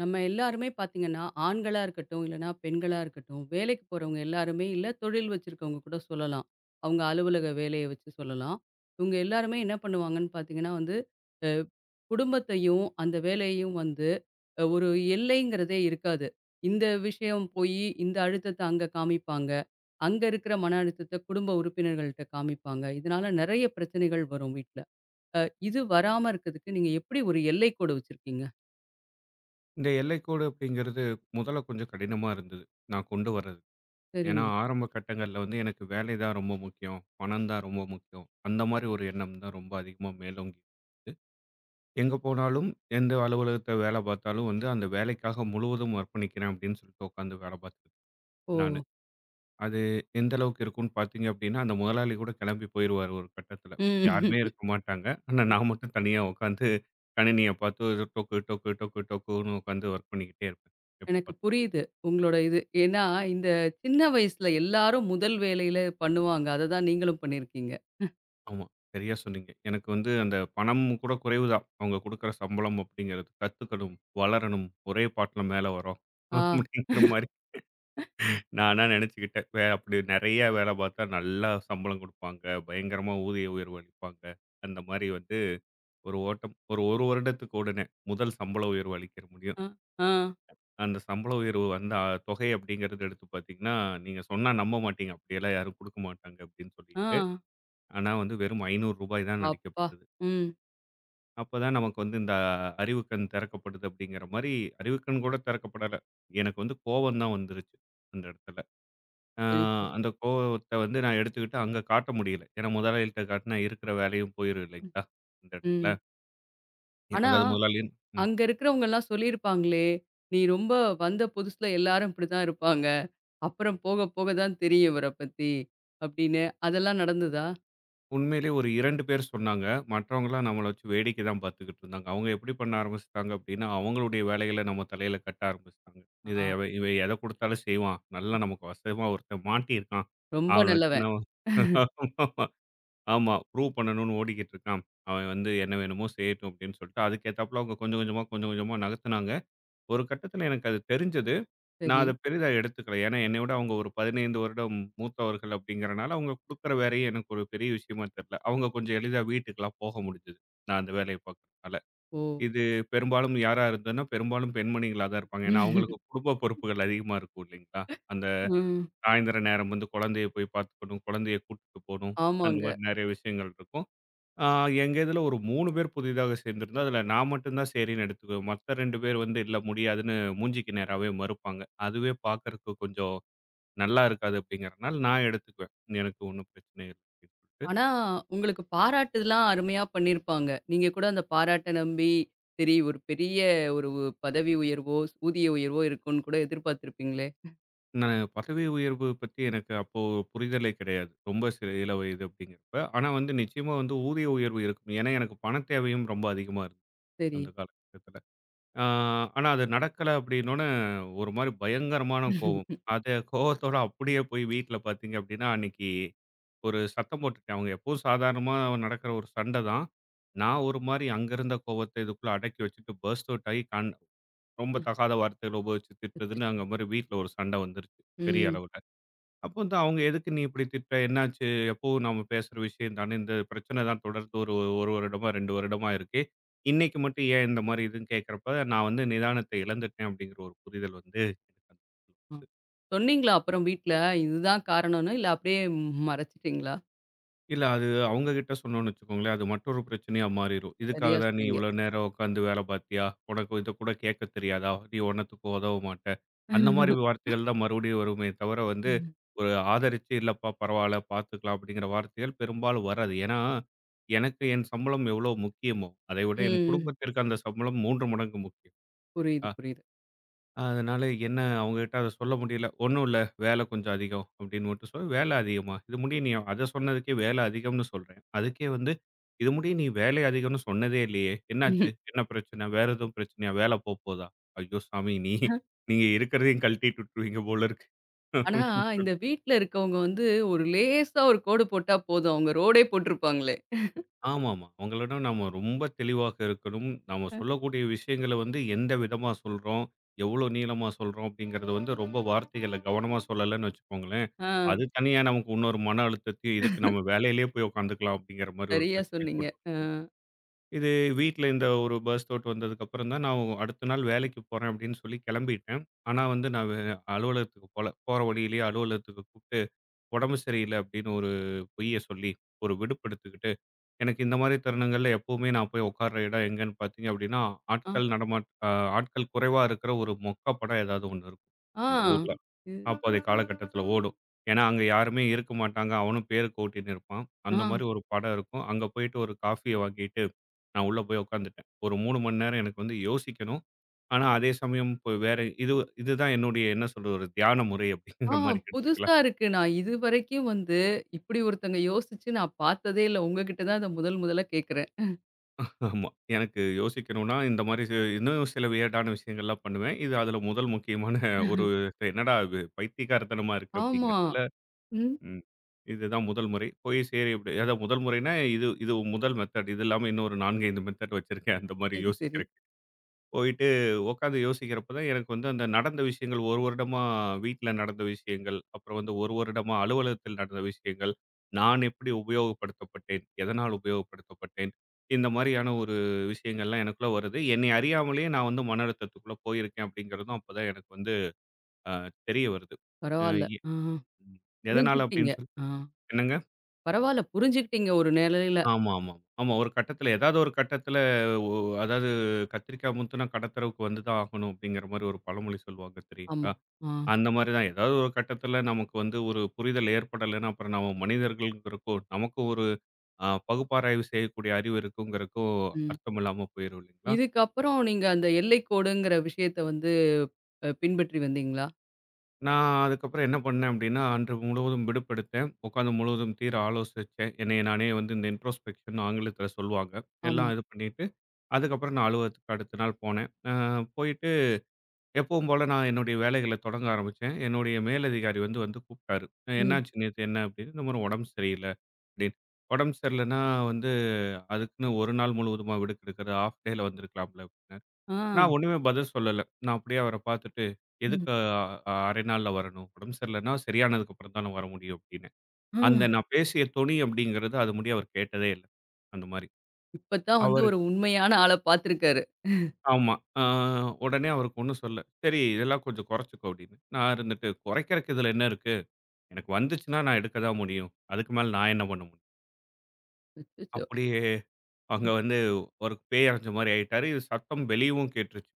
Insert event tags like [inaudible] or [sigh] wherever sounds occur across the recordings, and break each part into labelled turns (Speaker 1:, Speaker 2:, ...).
Speaker 1: நம்ம எல்லாருமே பார்த்தீங்கன்னா, ஆண்களா இருக்கட்டும், இல்லன்னா பெண்களா இருக்கட்டும், வேலைக்கு போறவங்க எல்லாருமே இல்ல தொழில் வச்சிருக்கவங்க கூட சொல்லலாம். அவங்க அலுவலக வேலைய வச்சு சொல்லலாம். இவங்க எல்லாருமே என்ன பண்ணுவாங்கன்னு பார்த்தீங்கன்னா வந்து, அ குடும்பத்தையும், அந்த வேலையையும் வந்து ஒரு எல்லைங்கிறதே இருக்காது. இந்த விஷயம் போயி, இந்த அழுத்தத்த அங்க காமிப்பாங்க. அங்க இருக்கிற மன அழுத்தத்த குடும்ப உறுப்பினர்கள்ட்ட காமிப்பாங்க. இதனால நெறைய பிரச்சனைகள் வரும் வீட்ல. அ இது வராம இருக்கிறதுக்கு நீங்க எப்படி ஒரு எல்லைக்கோடு வச்சிருக்கீங்க?
Speaker 2: இந்த எல்லைக்கோடு அப்படிங்கிறது முதல்ல கொஞ்சம் கடினமா இருந்தது. நான் கொண்டு வர்றது. ஏன்னா,
Speaker 1: சரிங்க.
Speaker 2: ஆரம்ப கட்டங்கள்ல வந்து எனக்கு வேலை தான் ரொம்ப முக்கியம். பணம் தான் ரொம்ப முக்கியம். அந்த மாரி ஒரு எண்ணம் தான் ரொம்ப அதிகமா மேலோங்கி. எங்க போனாலும், எந்த அலுவலகத்துல வேலை பார்த்தாலும் வந்து அந்த வேலைக்காக முழுவதும் அர்ப்பணிக்கிறேன் அப்படின்னு சொல்லிட்டு உட்காந்து வேலை பார்த்துக்கிட்டேன்
Speaker 1: ஓ!
Speaker 2: நானு. அது எந்த அளவுக்கு இருக்கும்னு பார்த்தீங்க அப்படின்னா, அந்த முதலாளி கூட கிளம்பி போயிருவாரு ஒரு கட்டத்துல.
Speaker 1: ம்.
Speaker 2: யாருமே இருக்க மாட்டாங்க. ஆனா நான் மட்டும் தனியா உட்காந்து கணினிய பார்த்து டொக்கு, டொக்கு, டொக்கு, டொக்குன்னு உட்காந்து வொர்க் பண்ணிக்கிட்டே இருப்பேன். எப்ப
Speaker 1: எனக்கு
Speaker 2: பார்த்தாலும்.
Speaker 1: புரியுது. உங்களோட இது. ஏன்னா, இந்த சின்ன வயசுல எல்லாரும் முதல் வேலையில பண்ணுவாங்க. அததான் நீங்களும் பண்ணியிருக்கீங்க.
Speaker 2: ஆமா. சரியா சொன்னீங்க. எனக்கு வந்து அந்த பணம் கூட குறைவு தான். அவங்க குடுக்குற சம்பளம் அப்படிங்கிறது. கத்துக்கணும், வளரணும், ஒரே பாட்டுல மேல வரோம்.
Speaker 1: ஆ,
Speaker 2: அப்படிங்கிற மாரி நானா நெனச்சுக்கிட்டேன். அப்படி நெறைய வேல பார்த்தா நல்லா சம்பளம் குடுப்பாங்க. பயங்கரமா ஊதிய உயர்வு அளிப்பாங்க. அந்த மாரி வந்து ஒரு ஓட்டம். ஒரு 1 வருடத்துக்கு உடனே முதல் சம்பள உயர்வு அளிக்கிற முடியும்.
Speaker 1: அ, ஆ,
Speaker 2: அந்த சம்பள உயர்வு வந்த தொகை அப்படிங்கிறது எடுத்து பார்த்தீங்கன்னா, நீங்க சொன்னா நம்ப மாட்டீங்க. அப்படியெல்லாம் யாரும் குடுக்க மாட்டாங்க அப்படின்னு
Speaker 1: ஆ.
Speaker 2: சொல்லிட்டு. ஆனா வந்து வெறும் ரூ. 500 தான்
Speaker 1: அப்பா!
Speaker 2: அளிக்கப்பட்டது.
Speaker 1: ம்.
Speaker 2: அப்பதான் நமக்கு வந்து இந்த அறிவுக்கண் திறக்கப்படுது அப்படிங்கிற மாதிரி அறிவுக்கண் கூட திறக்கப்படல. எனக்கு வந்து கோவம் தான் வந்துருச்சு அந்த இடத்துல. அ
Speaker 1: சரி, சரி.
Speaker 2: அந்த ம். கோவத்த வந்து நான் எடுத்துக்கிட்டு அங்க காட்ட முடியல. ஏன்னா முதலாளிட்ட காட்டுனா இருக்கிற வேலையும் போயிரும் இல்லைங்களா? அந்த இடத்துல.
Speaker 1: ம். ஆனா,
Speaker 2: அதாவது முதலாளியும்
Speaker 1: அங்க இருக்கிறவங்கலாம் சொல்லியிருப்பாங்களே! நீ ரொம்ப வந்த புதுசுல எல்லாரும் இப்படிதான் இருப்பாங்க. அப்புறம் போக போக தான் தெரியும் இவர பத்தி. அப்படின்னு. அதெல்லாம் நடந்ததா?
Speaker 2: உண்மையிலே ஒரு 2 பேர் சொன்னாங்க. மற்றவங்கலாம் நம்மள வச்சு வேடிக்கை தான் பார்த்துக்கிட்டு இருந்தாங்க. அவங்க எப்படி பண்ண ஆரம்பிச்சுட்டாங்க அப்படின்னா, அவங்களுடைய வேலைகள நம்ம தலையில கட்ட ஆரம்பிச்சுட்டாங்க. இத
Speaker 1: ஆ.
Speaker 2: இவன் எத குடுத்தாலும் செய்வான். நல்லா நமக்கு வசமா ஒருத்தன் மாட்டியிருக்கான்.
Speaker 1: ரொம்ப
Speaker 2: அவன வச்சு
Speaker 1: நல்லவன்.
Speaker 2: நம்ம [laughs] ஆமா, ஆமா. ப்ரூவ் பண்ணணும்னு ஓடிக்கிட்டு இருக்கான். அவன் வந்து என்ன வேணுமோ செய்யட்டும் அப்படின்னு சொல்லிட்டு, அதுக்கு ஏத்தாப்புல அவங்க கொஞ்சம் கொஞ்சமா, கொஞ்சம் கொஞ்சமா நகர்த்துனாங்க. ஒரு கட்டத்தில எனக்கு அது தெரிஞ்சது. நான்
Speaker 1: சரி.
Speaker 2: அத பெரிதா எடுத்துக்கல. ஏன்னா, என்னை விட அவங்க ஒரு 15 வருடம் மூத்தவர்கள் அப்படிங்கிறனால, அவங்க குடுக்குற வேலையே எனக்கு ஒரு பெரிய விஷயமா தெரியல. அவங்க கொஞ்சம் எளிதா வீட்டுக்கெல்லாம் போக முடிஞ்சது. நான் அந்த வேலைய பார்க்கறனால.
Speaker 1: ஓ!
Speaker 2: இது பெரும்பாலும் யாரா இருந்ததுன்னா, பெரும்பாலும் பெண்மணிகளா தான் இருப்பாங்க. ஏன்னா, அவங்களுக்கு குடும்ப பொறுப்புகள் அதிகமா இருக்கும் இல்லைங்களா? அந்த
Speaker 1: ம்.
Speaker 2: சாயந்தர நேரம் வந்து குழந்தைய போய் பார்த்துக்கணும், குழந்தைய கூட்டிட்டு போணும். அந்த
Speaker 1: ஆமாங்க.
Speaker 2: மாரி நெறைய விஷயங்கள் இருக்கும். ஆ எங்க இதுல ஒரு 3 பேர் புதிதாக சேர்ந்திருந்தோம். அதுல நான் மட்டும் தான் சரின்னு எடுத்துக்குவேன். மத்த 2 பேர் வந்து இல்ல முடியாதுன்னு மூஞ்சிக்கு நேராவே மறுப்பாங்க. அதுவே பார்க்கறக்கு கொஞ்சம் நல்லா இருக்காது அப்படிங்கிறனால நான் எடுத்துக்குவேன். எனக்கு ஒண்ணும் பிரச்சனை இல்ல அப்படின்னு சொல்லிட்டு.
Speaker 1: ஆனா, உங்களுக்கு பாராட்டுலாம் அருமையா பண்ணியிருப்பாங்க. நீங்க கூட அந்த பாராட்ட நம்பி, சரி ஒரு பெரிய ஒரு பதவி உயர்வோ, ஊதிய உயர்வோ இருக்கும்னு கூட எதிர்பார்த்திருப்பீங்களே!
Speaker 2: நான் பதவி உயர்வு பத்தி எனக்கு அப்போ புரிதலே கிடையாது. ரொம்ப சிறு இள வயது அப்படிங்கிறப்ப. ஆனா வந்து நிச்சயமா வந்து ஊதிய உயர்வு இருக்கும். ஏன்னா எனக்கு பணத் தேவையும் ரொம்ப அதிகமா இருந்தது
Speaker 1: சரி.
Speaker 2: அந்த காலகட்டத்துல. ஆ, ஆனா அது நடக்கல அப்படின்னோனே, ஒரு மாரி பயங்கரமான கோவம்.
Speaker 1: [laughs]
Speaker 2: அத கோவத்தோட அப்படியே போய் வீட்ல பார்த்தீங்க அப்படின்னா, அன்னைக்கு ஒரு சத்தம் போட்டுட்டேன். அவங்க எப்பவும் சாதாரணமா நடக்கிற ஒரு சண்ட தான். நான் ஒரு மாரி அங்க இருந்த கோவத்த இதுக்குள்ள அடக்கி வச்சுட்டு பர்ஸ்ட் அவுட் ஆகி ரொம்ப தகாத வார்த்தைகள உபயோகிச்சு திட்டுறதுன்னு
Speaker 1: அச்சச்சோ!
Speaker 2: அங்க மாரி வீட்ல ஒரு சண்ட வந்துருச்சு. பெரிய
Speaker 1: ம்.
Speaker 2: அளவுல. அப்போ வந்து அவங்க எதுக்கு நீ இப்படி திட்டுற? என்னாச்சு? எப்பவும் நாம பேசுற விஷயம் தானே. இந்த பிரச்சனை தான் தொடர்ந்து ஒரு 1 வருடமா, 2 வருடமா இருக்கு. இன்னைக்கு மட்டும் ஏன் இந்த மாரி இதுன்னு கேட்கிறப்ப, நான் வந்து நிதானத்த இழந்துட்டேன் அப்படிங்கிற ஒரு புரிதல் வந்து எனக்கு அந்த இடத்துல
Speaker 1: அ.
Speaker 2: வந்தது.
Speaker 1: சொன்னீங்களா அப்புறம் வீட்ல? இதுதான் காரணம்னு, இல்ல அப்படியே மறைச்சிட்டீங்களா?
Speaker 2: இல்ல. அது அவங்க கிட்ட சொன்னோம்னு வச்சுக்கோங்களேன், அது மற்றொரு பிரச்சனையா மாறிரும். இதுக்காக
Speaker 1: சரியா
Speaker 2: தான் நீ
Speaker 1: சொன்னீங்க.
Speaker 2: இவ்ளோ நேரம் உட்காந்து வேலை பார்த்தியா? உனக்கு இத கூட கேட்கத் தெரியாதா? நீ ஒன்னத்துக்கும் உதவ மாட்ட. அந்த மாரி
Speaker 1: [laughs]
Speaker 2: வார்த்தைகள் தான் மறுபடியும் வருமே தவிர வந்து,
Speaker 1: ம்.
Speaker 2: ஒரு ஆதரிச்சு இல்லப்பா பரவால்ல பார்த்துக்கலாம் அப்படிங்கிற வார்த்தைகள் பெரும்பாலும் வராது. ஏன்னா, எனக்கு என் சம்பளம் எவ்வளோ முக்கியமோ, அதை விட என்
Speaker 1: ம்.
Speaker 2: குடும்பத்திற்கு அந்த சம்பளம் 3 மடங்கு முக்கியம்.
Speaker 1: புரியுது,
Speaker 2: சரிங்களா?
Speaker 1: புரியுது.
Speaker 2: அதனால என்ன அவங்ககிட்ட அத சொல்ல முடியல. "ஒண்ணும் இல்ல, வேலை கொஞ்சம் அதிகம்" அப்படின்னு மட்டும் சொல்லி "வேலை அதிகமா? இது முடிய நீ அத சொன்னதுக்கே வேலை அதிகம்னு சொல்றேன். அதுக்கே வந்து இது முடிய நீ வேலை அதிகம்னு சொன்னதே இல்லையே! என்னாச்சு?
Speaker 1: ம்.
Speaker 2: என்ன பிரச்சனை? வேற எதுவும் பிரச்சனையா? வேலை போப்போதா?" "ஐயோ சாமி! நீ நீங்க இருக்கிறதையும் கழட்டிட்டு விட்டுருவீங்க போல இருக்கு."
Speaker 1: ஆனா, இந்த வீட்ல இருக்கவங்க வந்து ஒரு லேசா ஒரு கோடு போட்டா போதும். அவங்க ரோடே போட்டிருப்பாங்களே!
Speaker 2: ஆமாமா. அவங்களோட நாம ரொம்ப தெளிவாக இருக்கணும். நாம சொல்லக்கூடிய விஷயங்கள வந்து எந்த விதமா சொல்றோம், எவ்ளோ நீளமா சொல்றோம் அப்படிங்கிறது வந்து ரொம்ப வார்த்தைகள கவனமா சொல்லலன்னு வச்சுக்கோங்களேன்,
Speaker 1: அ.
Speaker 2: அது தனியா நமக்கு இன்னொரு மன அழுத்தத்தையும், இதுக்கு நம்ம வேலையிலேயே போய் உட்காந்துக்கலாம் அப்படிங்கிற மாரி ஒரு
Speaker 1: சரியா
Speaker 2: பிரச்சனைய
Speaker 1: சொன்னீங்க.
Speaker 2: கொண்டு வரும்.
Speaker 1: அ.
Speaker 2: இது வீட்ல இந்த ஒரு பர்ஸ்ட் அவுட் வந்ததுக்கப்புறம் தான் நான் அடுத்த நாள் வேலைக்கு போறேன் அப்படின்னு சொல்லி கிளம்பிட்டேன். ஆனா வந்து நான் அலுவலகத்துக்கு போல. போற வழியிலேயே அலுவலகத்துக்கு கூப்ட்டு உடம்பு சரியில்ல அப்படின்னு ஒரு பொய்ய சொல்லி, ஒரு விடுப்பெடுத்துக்கிட்டு, எனக்கு இந்த மாரி தருணங்கள்ல எப்பவுமே நான் போய் உட்கார்ற இடம் எங்கன்னு பார்த்தீங்க அப்படின்னா,
Speaker 1: ஆ.
Speaker 2: ஆட்கள் நடமாட் அ ஆட்கள் குறைவா இருக்கிற ஒரு மொக்க படம் ஏதாவது ஒண்ணு இருக்கும்,
Speaker 1: ஆ.
Speaker 2: இந்த ஊர்ல.
Speaker 1: இது
Speaker 2: ஆமா. அப்போதைய காலகட்டத்தில ஓடும். ஏன்னா, அங்க யாருமே இருக்க மாட்டாங்க. அவனும் பேருக்கு ஓட்டின்னு இருப்பான். அந்த மாரி
Speaker 1: ஆ.
Speaker 2: ஒரு படம் இருக்கும். அங்க போயிட்டு ஒரு காஃபிய வாங்கிட்டு, நான் உள்ள போய் உட்காந்துட்டேன். ஒரு 3 மணி நேரம் எனக்கு வந்து யோசிக்கணும். ஆனா, அதே சமயம் இப்போ வேற இது இதுதான் என்னுடைய என்ன சொல்றது? ஒரு தியான முறை
Speaker 1: ஆ
Speaker 2: அப்படிங்கிற மாரி எடுத்துக்கலாம்.
Speaker 1: புதுசா இருக்கு. நான் இதுவரைக்கும் வந்து இப்படி ஒருத்தங்க யோசிச்சு நான் பார்த்ததே இல்ல. உங்ககிட்ட தான் அத முதல் முதலா கேட்கிறேன்.
Speaker 2: ஆமா. எனக்கு யோசிக்கணும்னா, இந்த மாரி இன்னும் சில வியர்டான விஷயங்கள்லாம் பண்ணுவேன். இது அதில முதல் முக்கியமான ஒரு "என்னடா இது பைத்தியக்காரத்தனமா இருக்கு"
Speaker 1: ஆமா.
Speaker 2: அப்படிங்கிறதுல
Speaker 1: ம்.
Speaker 2: ம். இதுதான் முதல் முறை. போய் சரி அப்படி அதான் முதல் முறைன்னா, இது இது முதல் மெத்தட். இது இல்லாம இன்னும் ஒரு 4, 5 மெத்தட் வச்சிருக்கேன். அந்த மாரி
Speaker 1: சரி, சரி.
Speaker 2: யோசிக்கிற போயிட்டு உட்காந்து யோசிக்கிறப்ப தான் எனக்கு வந்து அந்த நடந்த விஷயங்கள் ஒரு வருடமா வீட்டில் நடந்த விஷயங்கள், அப்புறம் வந்து ஒரு வருடமா அலுவலகத்தில் நடந்த விஷயங்கள், நான் எப்படி உபயோகப்படுத்தப்பட்டேன், எதனால் உபயோகப்படுத்தப்பட்டேன், இந்த மாதிரியான ஒரு விஷயங்கள்லாம் எனக்குள்ள வருது. என்னை அறியாமலேயே நான் வந்து மன அழுத்தத்துக்குள்ள போயிருக்கேன் அப்படிங்கிறதும் அப்பதான் எனக்கு வந்து அ தெரிய வருது. அ
Speaker 1: பரவால்ல.
Speaker 2: எ
Speaker 1: ஆ.
Speaker 2: ம் எதனால
Speaker 1: புரிஞ்சுக்கிட்டீங்க.
Speaker 2: அப்படின்னு சொல்லி
Speaker 1: ஆ.
Speaker 2: என்னங்க?
Speaker 1: பரவால்ல புரிஞ்சுக்கிட்டீங்க ஒரு நிலையில.
Speaker 2: ஆமா, ஆமா. ஆமா ஒரு கட்டத்தில ஏதாவது ஒரு கட்டத்தில ஒ அதாவது கத்திரிக்காய் முத்துனா கடத்தெருவுக்கு வந்து தான் ஆகணும் அப்படிங்கிற மாதிரி ஒரு பழமொழி சொல்லுவாங்க தெரியுங்களா?
Speaker 1: ஆமா. ஆ.
Speaker 2: அந்த மாரி தான். ஏதாவது ஒரு கட்டத்தில நமக்கு வந்து ஒரு புரிதல் ஏற்படலைன்னா, அப்புறம் நம்ம மனிதர்கள்ங்கிறக்கும், நமக்கு ஒரு பகுப்பாராய்வு செய்யக்கூடிய அறிவு இருக்குங்கிறக்கும்
Speaker 1: ம்.
Speaker 2: அர்த்தம் இல்லாம போயிரும் இல்லைங்களா?
Speaker 1: இதுக்கப்புறம் நீங்க அந்த எல்லை கோடுங்கிற விஷயத்த வந்து பின்பற்றி வந்தீங்களா?
Speaker 2: நான் அதுக்கப்புறம் என்ன பண்ணேன் அப்படின்னா, அன்று முழுவதும் விடுப்பெடுத்தேன். உட்கார்ந்து முழுவதும் தீர ஆலோசிச்சேன். என்னைய நானே வந்து இந்த இன்ட்ரோஸ்பெக்ஷன் ஆங்கிலத்தில சொல்லுவாங்க.
Speaker 1: ஆமா.
Speaker 2: எல்லாம் இது பண்ணிட்டு, அதுக்கப்புறம் நான் அலுவலகத்துக்கு அடுத்த நாள் போனேன். போயிட்டு எப்பவும் போல நான் என்னுடைய வேலைகள தொடங்க ஆரம்பிச்சேன். என்னுடைய மேலதிகாரி வந்து வந்து கூப்ட்டாரு.
Speaker 1: ம்.
Speaker 2: "என்னாச்சு நேத்து என்ன?" அப்படின்னு. "இந்த மாரி உடம்பு சரியில்ல" அப்படின்னு. "உடம்பு சரியில்லன்னா வந்து அதுக்குன்னு 1 நாள் முழுவதுமா விடுப்பு எடுக்குறது? ஆஃப் டேல வந்திருக்கலாம்ல" அப்படின்னாரு. நான்
Speaker 1: ஆ.
Speaker 2: ஒண்ணுமே பதில் சொல்லல. நான் அப்படியே அவர பார்த்துட்டு,
Speaker 1: ம்.
Speaker 2: "எதுக்கு 1/2 நாள்ல வரணும்? உடம்பு சரியில்லன்னா சரியானதுக்கு அப்புறம் தானே வர முடியும்" அப்படின்னேன்.
Speaker 1: ஆ.
Speaker 2: அந்த நான் பேசிய தொனி அப்படிங்கிறது அது முடிய அவர் கேட்டதே இல்ல. அந்த மாரி.
Speaker 1: இப்ப தான் வந்து
Speaker 2: அவரு
Speaker 1: ஒரு உண்மையான ஆள பார்த்துருக்காரு.
Speaker 2: ஆமா. ஆ உடனே அவருக்கு ஒண்ணும் சொல்லல. "சரி இதெல்லாம் கொஞ்சம் குறைச்சுக்கோ" அப்படின்னு. நான் இருந்துட்டு, "குறைக்கிறக்கு இதுல என்ன இருக்கு? எனக்கு வந்துச்சுன்னா நான் எடுக்க தான் முடியும். அதுக்கு மேல நான் என்ன பண்ண முடியும்?"
Speaker 1: அச்சச்சோ!
Speaker 2: அப்படியே அங்க
Speaker 1: ம்.
Speaker 2: வந்து ஒரு பேய் அறைஞ்ச மாரி ஆயிட்டாரு. இது சத்தம் வெளியவும் கேட்டுருச்சு.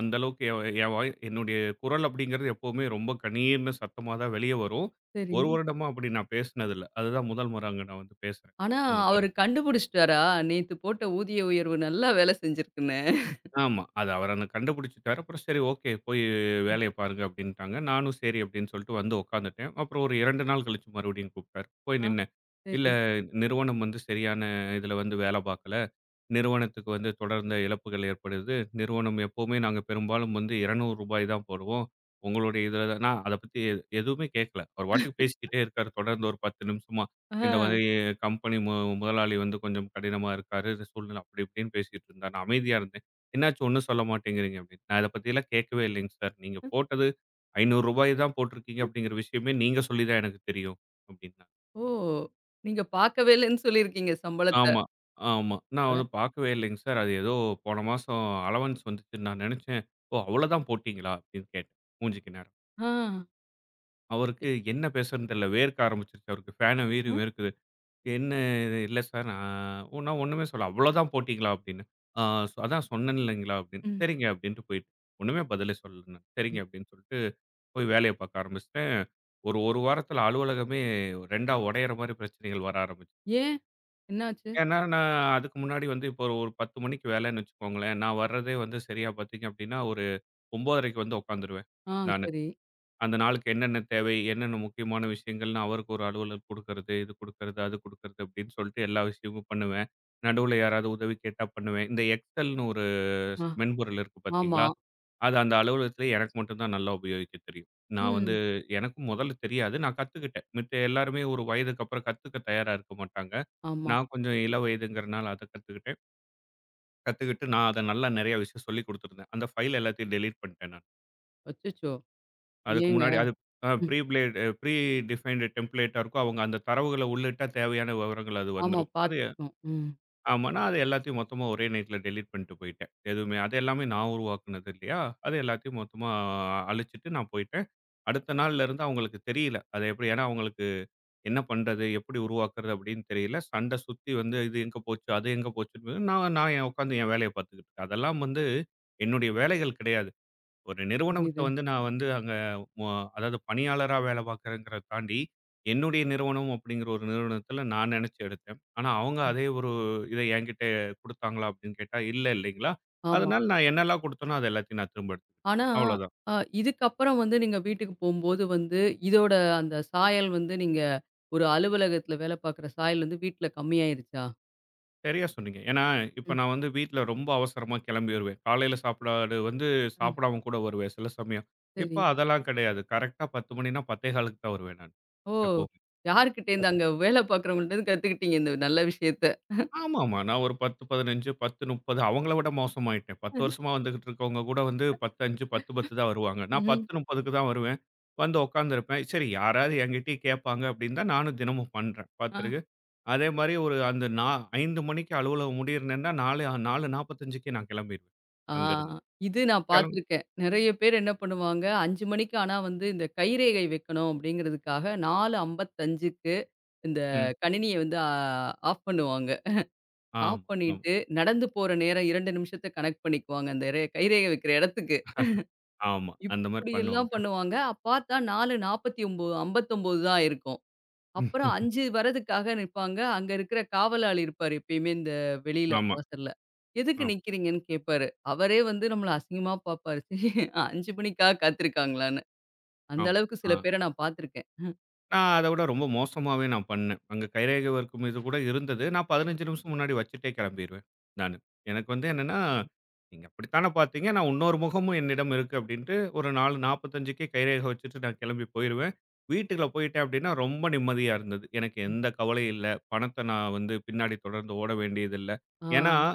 Speaker 2: அந்த அளவுக்கு என் வாய் என்னுடைய குரல் அப்படிங்கிறது எப்பவுமே ரொம்ப கணீர்னு சத்தமா தான் வெளிய வரும்.
Speaker 1: சரி.
Speaker 2: ஒரு வருடமா அப்படி நான் பேசினது இல்ல. அதுதான் முதல் முறை அங்க நான் வந்து பேசுறேன்.
Speaker 1: ஆனா,
Speaker 2: அந்த மாரி.
Speaker 1: அவரு கண்டுபிடிச்சுட்டாரா, நேத்து போட்ட ஊதிய உயர்வு நல்லா வேலை செஞ்சிருக்குன்னு.
Speaker 2: ஆமா. அது அவர் அன்ன கண்டுபிடிச்சுட்டாரு. அப்புறம் சரி ஓகே. போய் வேலைய பாருங்க அப்படின்ட்டாங்க. நானும் சரி அப்படின்னு சொல்லிட்டு வந்து உட்காந்துட்டேன். அப்புறம் ஒரு 2 நாள் கழிச்சு மறுபடியும் கூப்பிட்டாரு. போய்
Speaker 1: ஆ,
Speaker 2: நின்னேன்.
Speaker 1: சரி.
Speaker 2: இல்ல நிறுவனம் வந்து சரியான இதுல வந்து வேல பார்க்கல. நிறுவனத்துக்கு வந்து தொடர்ந்த இழப்புகள் ஏற்படுது. நிறுவனம் எப்பவுமே நாங்க பெரும்பாலும் வந்து ரூ. 200 தான் போடுவோம். உங்களுடைய இதில தான் நான் அத பத்தி எதுவுமே கேட்கல. அவர் பாட்டுக்கு பேசிக்கிட்டே இருக்காரு. தொடர்ந்து ஒரு 10 நிமிஷமா.
Speaker 1: ஆ.
Speaker 2: இந்த மாதிரி கம்பெனி முதலாளி வந்து கொஞ்சம் கடினமா இருக்காரு. இந்த சூழ்நிலை அப்படி இப்படின்னு பேசிட்டு இருந்தார். நான் அமைதியா இருந்தேன். என்னாச்சு ஒண்ணும் சொல்ல மாட்டேங்கிறீங்க அப்படின்னு. நான் இத பத்திலாம் கேட்கவே இல்லைங்க சார். நீங்க போட்டது ரூ. 500 தான் போட்டிருக்கீங்க அப்படிங்கிற விஷயமே நீங்க சொல்லி தான் எனக்கு தெரியும் அப்படின்னா.
Speaker 1: ஓ! நீங்க பார்க்கவே இல்லன்னு சொல்லியிருக்கீங்க சம்பளத்த.
Speaker 2: ஆமா, ஆமா. நான் வந்து பார்க்கவே இல்லைங்க சார். அது ஏதோ போன மாசம் அலவன்ஸ் வந்துச்சுன்னு நான் நெனச்சேன். "ஓ! அவ்வளோதான் போட்டீங்களா?" அப்படின்னு கேட்டேன், மூஞ்சிக்கு நேரா.
Speaker 1: ஆ. அ.
Speaker 2: அவருக்கு என்ன பேசுறதுன்னு தெரியல. வேர்க்க ஆரம்பிச்சுருச்சு அவருக்கு. ஃபேன வீறி
Speaker 1: ம்.
Speaker 2: வேர்க்குது. "என்ன இது இல்ல சார் நான்" நான் ஒண்ணுமே சொல்ல. "அவ்வளோதான் போட்டீங்களா?" அப்படின்னேன். "ஆ அதான் சொன்னேன் இல்லைங்களா?" அப்படின்னு.
Speaker 1: ம்.
Speaker 2: "சரிங்க" அப்படின்ட்டு போயிட்டேன். ஒண்ணுமே பதிலே சொல்லல நான். "சரிங்க" அப்படின்னு சொல்லிட்டு போய் வேலைய பார்க்க ஆரம்பிச்சுட்டேன். ஒரு 1 வாரத்தில அலுவலகமே 2ஆ உடையிற மாரி பிரச்சனைகள் வர ஆரம்பிச்சுச்சு.
Speaker 1: ஏன்? என்னாச்சு?
Speaker 2: ஏன்னா, நான் அதுக்கு முன்னாடி வந்து இப்போ ஒரு 10:00 மணிக்கு வேலைன்னு வச்சுக்கோங்களேன். நான் வர்றதே வந்து சரியா பார்த்தீங்க அப்படின்னா, ஒரு 9:30க்கு வந்து உட்காந்துருவேன்
Speaker 1: ஆ,
Speaker 2: நானு.
Speaker 1: சரி.
Speaker 2: அந்த நாளுக்கு என்னென்ன தேவை, என்னென்ன முக்கியமான விஷயங்கள்னு அவருக்கு ஒரு அலுவலர் குடுக்கறது, இது குடுக்கறது, அது குடுக்கறது அப்படின்னு சொல்லிட்டு எல்லா விஷயமும் பண்ணுவேன். நடுவுல யாராவது உதவி கேட்டா பண்ணுவேன். இந்த எக்ஸெல்ன்னு ஒரு
Speaker 1: ஆ.
Speaker 2: மென்பொருள் இருக்கு
Speaker 1: ஆமா.
Speaker 2: பார்த்தீங்களா? அது அந்த அலுவலகத்திலே எனக்கு மட்டும் தான் நல்லா உபயோகிக்க தெரியும். நான் வந்து
Speaker 1: ம்.
Speaker 2: எனக்கும் முதல்ல தெரியாது. நான் கத்துக்கிட்டேன். மித்த எல்லாருமே ஒரு வயதுக்கு அப்புறம் கத்துக்க தயாரா இருக்க மாட்டாங்க.
Speaker 1: ஆமா.
Speaker 2: நான் கொஞ்சம் இளவயதுங்கிறனால அத கத்துக்கிட்டேன். கத்துக்கிட்டு நான் அத நல்லா நெறைய விஷயம் சொல்லிக் குடுத்துருந்தேன். அந்த ஃபைல் எல்லாத்தையும் டெலீட் பண்ணிட்டேன் நான்.
Speaker 1: அச்சச்சோ!
Speaker 2: அதுக்கு
Speaker 1: ஏங்க?
Speaker 2: முன்னாடி அது அ
Speaker 1: ம்.
Speaker 2: ப்ரீ பிளேட் ப்ரீ டிஃபைன்டு டெம்ப்ளேட்டா இருக்கும். அவங்க அந்த தரவுகள உள்ளிட்டா தேவையான விவரங்கள் அது
Speaker 1: ஆமா
Speaker 2: வந்துரும். அது
Speaker 1: பார்த்துருக்கோம். ம்.
Speaker 2: ஆமா. நான் அது எல்லாத்தையும் மொத்தமா ஒரே நைட்ல டெலீட் பண்ணிட்டு போயிட்டேன். எதுவுமே அது எல்லாமே நான் உருவாக்குனது இல்லையா? அது எல்லாத்தையும் மொத்தமா அழிச்சுட்டு நான் போயிட்டேன். அடுத்த நாள்ல இருந்து அவங்களுக்கு தெரியல. அது எப்படி ஏன்னா அவங்களுக்கு என்ன பண்றது? எப்படி உருவாக்குறது? அப்படின்னு தெரியல. சண்டை சுத்தி வந்து இது எங்க போச்சு? அது எங்க போச்சுன்னு நான் நான் என் உட்காந்து என் வேலைய பார்த்துக்கிட்டு இருக்கேன். அதெல்லாம் வந்து என்னுடைய வேலைகள் கிடையாது. ஒரு நிறுவனத்த
Speaker 1: புரியுது.
Speaker 2: வந்து நான் வந்து அங்க மொ அதாவது பணியாளரா வேலை பார்க்குறேங்கிறத தாண்டி, என்னுடைய நிறுவனம் அப்படிங்கிற ஒரு நிறுவனத்தில நான் நினைச்சு எடுத்தேன். ஆனா அவங்க அதே ஒரு இத என்கிட்ட குடுத்தாங்களா? அப்படின்னு கேட்டா, இல்ல இல்லைங்களா?
Speaker 1: ஆமா.
Speaker 2: அதனால நான் என்னெல்லாம் குடுத்தேனோ, அது எல்லாத்தையும் நான் திரும்ப எடுத்துக்கிட்டேன்.
Speaker 1: ஆனா,
Speaker 2: அவ்வளோதான்.
Speaker 1: அ இதுக்கப்புறம் வந்து நீங்க வீட்டுக்கு போம்போது வந்து, இதோட அந்த சாயல் வந்து நீங்க ஒரு அலுவலகத்துல வேலை பார்க்குற சாயல் வந்து வீட்ல கம்மியாயிருச்சா?
Speaker 2: சரியா சொன்னீங்க. ஏன்னா, இப்ப
Speaker 1: ம்.
Speaker 2: நான் வந்து வீட்ல ரொம்ப அவசரமா கிளம்பி வருவேன். காலையில சாப்பாடு வந்து
Speaker 1: அ
Speaker 2: சாப்பிடாம கூட வருவேன் சில சமயம். இப்ப
Speaker 1: சரி.
Speaker 2: அதெல்லாம் கிடையாது. கரெக்ட்டா 10:00 மணின்னா 10:15க்கு தான் வருவேன் நான்
Speaker 1: ஓ!
Speaker 2: எப்பவுமே.
Speaker 1: யார்கிட்டேருந்து அங்க வேலை பார்க்குறவங்கள்ட்டருந்து கத்துக்கிட்டீங்க இந்த நல்ல விஷயத்த.
Speaker 2: ஆமாமா. நான் ஒரு 10, 15, 10, 30 அவங்கள விட மோசமாயிட்டேன். 10 வருஷமா வந்துகிட்டு இருக்கவங்க கூட வந்து 10, 5, 10, 10 தான் வருவாங்க. நான்
Speaker 1: ம்ஹ்ம்.
Speaker 2: 10, 30க்கு தான் வருவேன். வந்து உட்காந்துருப்பேன். சரி யாராவது என்கிட்டயும் கேட்பாங்க அப்படின்னு தான் நானும் தினமும் பண்றேன்.
Speaker 1: ஆ.
Speaker 2: பார்த்துருக்கு. அதே மாரி ஒரு அந்த 5 மணிக்கு அலுவலகம் முடியறனேன்னா 4 4:45க்கே நான் கிளம்பிருவேன்.
Speaker 1: ஆ
Speaker 2: அங்கருந்து.
Speaker 1: இது நான்
Speaker 2: கிளம்
Speaker 1: பார்த்துருக்கேன். நெறைய பேர் என்ன பண்ணுவாங்க, 5 மணிக்கு ஆனா வந்து இந்த கைரேகை வைக்கணும் அப்படிங்கிறதுக்காக 4:55க்கு இந்த
Speaker 2: ம்.
Speaker 1: கணினிய வந்து ஆஃப் பண்ணுவாங்க.
Speaker 2: ஆமா,
Speaker 1: ஆஃப்
Speaker 2: ஆமா,
Speaker 1: பண்ணிட்டு நடந்து போற நேரம் 2 நிமிஷத்த கணக்ட் பண்ணிக்குவாங்க. அந்த ரே கைரேகை வைக்கிற இடத்துக்கு.
Speaker 2: ஆமா. அந்த மாரி பண்ணுவாங்க.
Speaker 1: இப்படியெல்லாம் பண்ணுவாங்க. பார்த்தா 4:49 59 தான் இருக்கும். அப்புறம்
Speaker 2: ம்.
Speaker 1: 5 வரதுக்காக நிப்பாங்க. அங்க இருக்கிற காவலாளி இருப்பாரு எப்பயுமே இந்த வெளியில
Speaker 2: ஆமா,
Speaker 1: வாசல்ல. "எதுக்கு
Speaker 2: ஆமா,
Speaker 1: நிக்கிறீங்கன்னு?" கேட்பாரு. அவரே வந்து நம்மள அசிங்கமா பார்ப்பாரு. சரி 5 மணிக்கா காத்திருக்காங்களான்னு. அந்த
Speaker 2: ஆமா.
Speaker 1: அளவுக்கு
Speaker 2: ஆ.
Speaker 1: சில பேர நான் பார்த்துருக்கேன்.
Speaker 2: நான் அத விட ரொம்ப மோசமாவே நான் பண்ணேன். அங்க கைரேகை ஒர்க்கும் இது கூட இருந்தது. நான் 15 நிமிஷம் முன்னாடி வச்சுட்டே கெளம்பிருவேன் நானு. எனக்கு வந்து என்னன்னா, "நீங்க அப்படித்தான பாத்தீங்க. நான் உன்னொரு முகமும் என்னிடம் இருக்கு" அப்படின்ட்டு ஒரு 4:45க்கே கைரேகை வச்சுட்டு நான் கெளம்பி போயிருவேன். வீட்டுக்குள்ள போயிட்டேன் அப்படின்னா ரொம்ப நிம்மதியா இருந்தது. எனக்கு எந்த கவலையும் இல்ல. பணத்த நான் வந்து பின்னாடி தொடர்ந்து ஓட வேண்டியதில்ல. ஏன்னா,
Speaker 1: ஆ.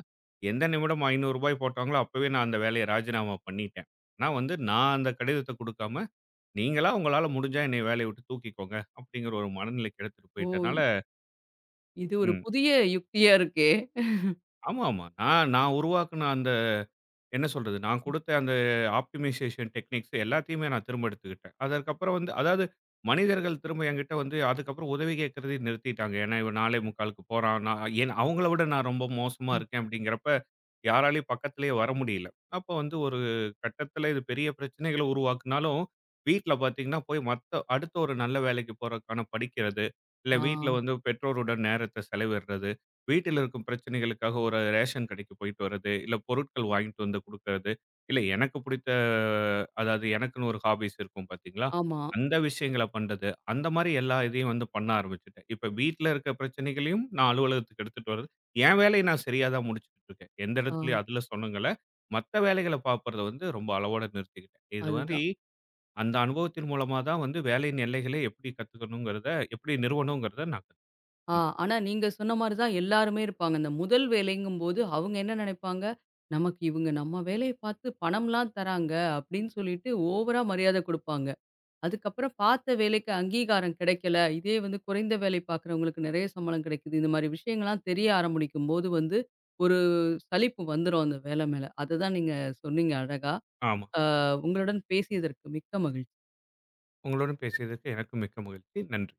Speaker 2: எந்த நிமிடம் ரூ. 500 போட்டாங்களோ அப்பவே நான் அந்த வேலைய ராஜினாமா பண்ணிட்டேன். ஆனா வந்து நான் அந்த கடிதத்த குடுக்காம நீங்களா உங்களால முடிஞ்சா என்னைய வேலைய விட்டு தூக்கிக்கோங்க. அப்படிங்கிற ஒரு மனநிலைக்கு எடுத்துட்டு
Speaker 1: ஓ!
Speaker 2: போயிட்டனால
Speaker 1: இ- இது ஒரு
Speaker 2: ம்.
Speaker 1: புதிய யுக்தியா இருக்கே!
Speaker 2: ஆமா, ஆமா. நான் நான் உருவாக்குன அந்த என்ன சொல்றது? நான் குடுத்த அந்த ஆப்டிமைசேஷன் டெக்னிக்ஸ் எல்லாத்தையுமே நான் திரும்ப எடுத்துக்கிட்டேன். அதற்கப்புறம் வந்து அதாவது மனிதர்கள் திரும்ப என்கிட்ட வந்து அதுக்கப்புறம் உதவி கேட்கிறதயே நிறுத்திட்டாங்க. ஏன்னா, இவன் 4:45க்கு போறான். நான் ஏன் அவங்கள விட நான் ரொம்ப மோசமா
Speaker 1: ம்.
Speaker 2: இருக்கேன் அப்படிங்கிறப்ப, யாராலயும் பக்கத்திலேயே வர முடியல. அப்ப வந்து ஒரு கட்டத்தில இது பெரிய பிரச்சனைகள உருவாக்குனாலும், வீட்ல பார்த்தீங்கன்னா, போய் மத்த அடுத்த ஒரு நல்ல வேலைக்கு போறதுக்கான படிக்கிறது, இல்ல
Speaker 1: ஆ.
Speaker 2: வீட்ல வந்து பெற்றோருடன் நேரத்த செலவிடுறது. வீட்டில் இருக்கும் பிரச்சனைகளுக்காக ஒரு ரேஷன் கடைக்கு போயிட்டு வர்றது, இல்ல பொருட்கள் வாங்கிட்டு வந்து குடுக்கறது, இல்ல எனக்கு பிடித்த அதாவது எனக்குன்னு ஒரு ஹாபீஸ் இருக்கும் பார்த்தீங்களா?
Speaker 1: ஆமா.
Speaker 2: அந்த விஷயங்கள பண்றது. அந்த மாரி எல்லா இதையும் வந்து பண்ண ஆரம்பிச்சுட்டேன். இப்ப வீட்ல இருக்க பிரச்சனைகளையும் நான் அலுவலகத்துக்கு எடுத்துட்டு வர்றது. என் வேலைய நான் சரியா தான் முடிச்சுக்கிட்டு இருக்கேன். எந்த
Speaker 1: ஆ.
Speaker 2: இடத்துலயும் அதில சொன்னங்கல்ல, மத்த வேலைகள பார்ப்பத வந்து ரொம்ப அளவோட நிறுத்திக்கிட்டேன். இது மாரி
Speaker 1: அதுதான்.
Speaker 2: அந்த அனுபவத்தின் மூலமா தான் வந்து வேலையின் எல்லைகள எப்படி கத்துக்கணுங்கிறத, எப்படி நிறுவணுங்கிறத நான் கத்துக்கிட்டேன்.
Speaker 1: ஆ, ஆனா நீங்க சொன்ன மாரி தான் எல்லாருமே இருப்பாங்க. இந்த முதல் வேலைங்கும்போது அவங்க என்ன நெனைப்பாங்க, நமக்கு இவங்க நம்ம வேலைய பார்த்து பணம்லாம் தராங்க அப்படின்னு சொல்லிட்டு ஓவரா மரியாதை குடுப்பாங்க. அதுக்கப்புறம் பார்த்த வேலைக்கு அங்கீகாரம் கிடைக்கல. இதே வந்து குறைந்த வேலை பார்க்குறவங்களுக்கு நெறைய சம்பளம் கிடைக்குது. இந்த மாரி விஷயங்கள்லாம் தெரிய ஆரம்பிக்கும்போது வந்து ஒரு சலிப்பு வந்துரும் அந்த வேலை மேல. அததான் நீங்க சொன்னீங்க அழகா.
Speaker 2: ஆமா.
Speaker 1: ஆ உங்களுடன் பேசியதற்கு மிக்க மகிழ்ச்சி.
Speaker 2: உங்களுடன் பேசியதற்கு எனக்கு மிக்க மகிழ்ச்சி. நன்றி.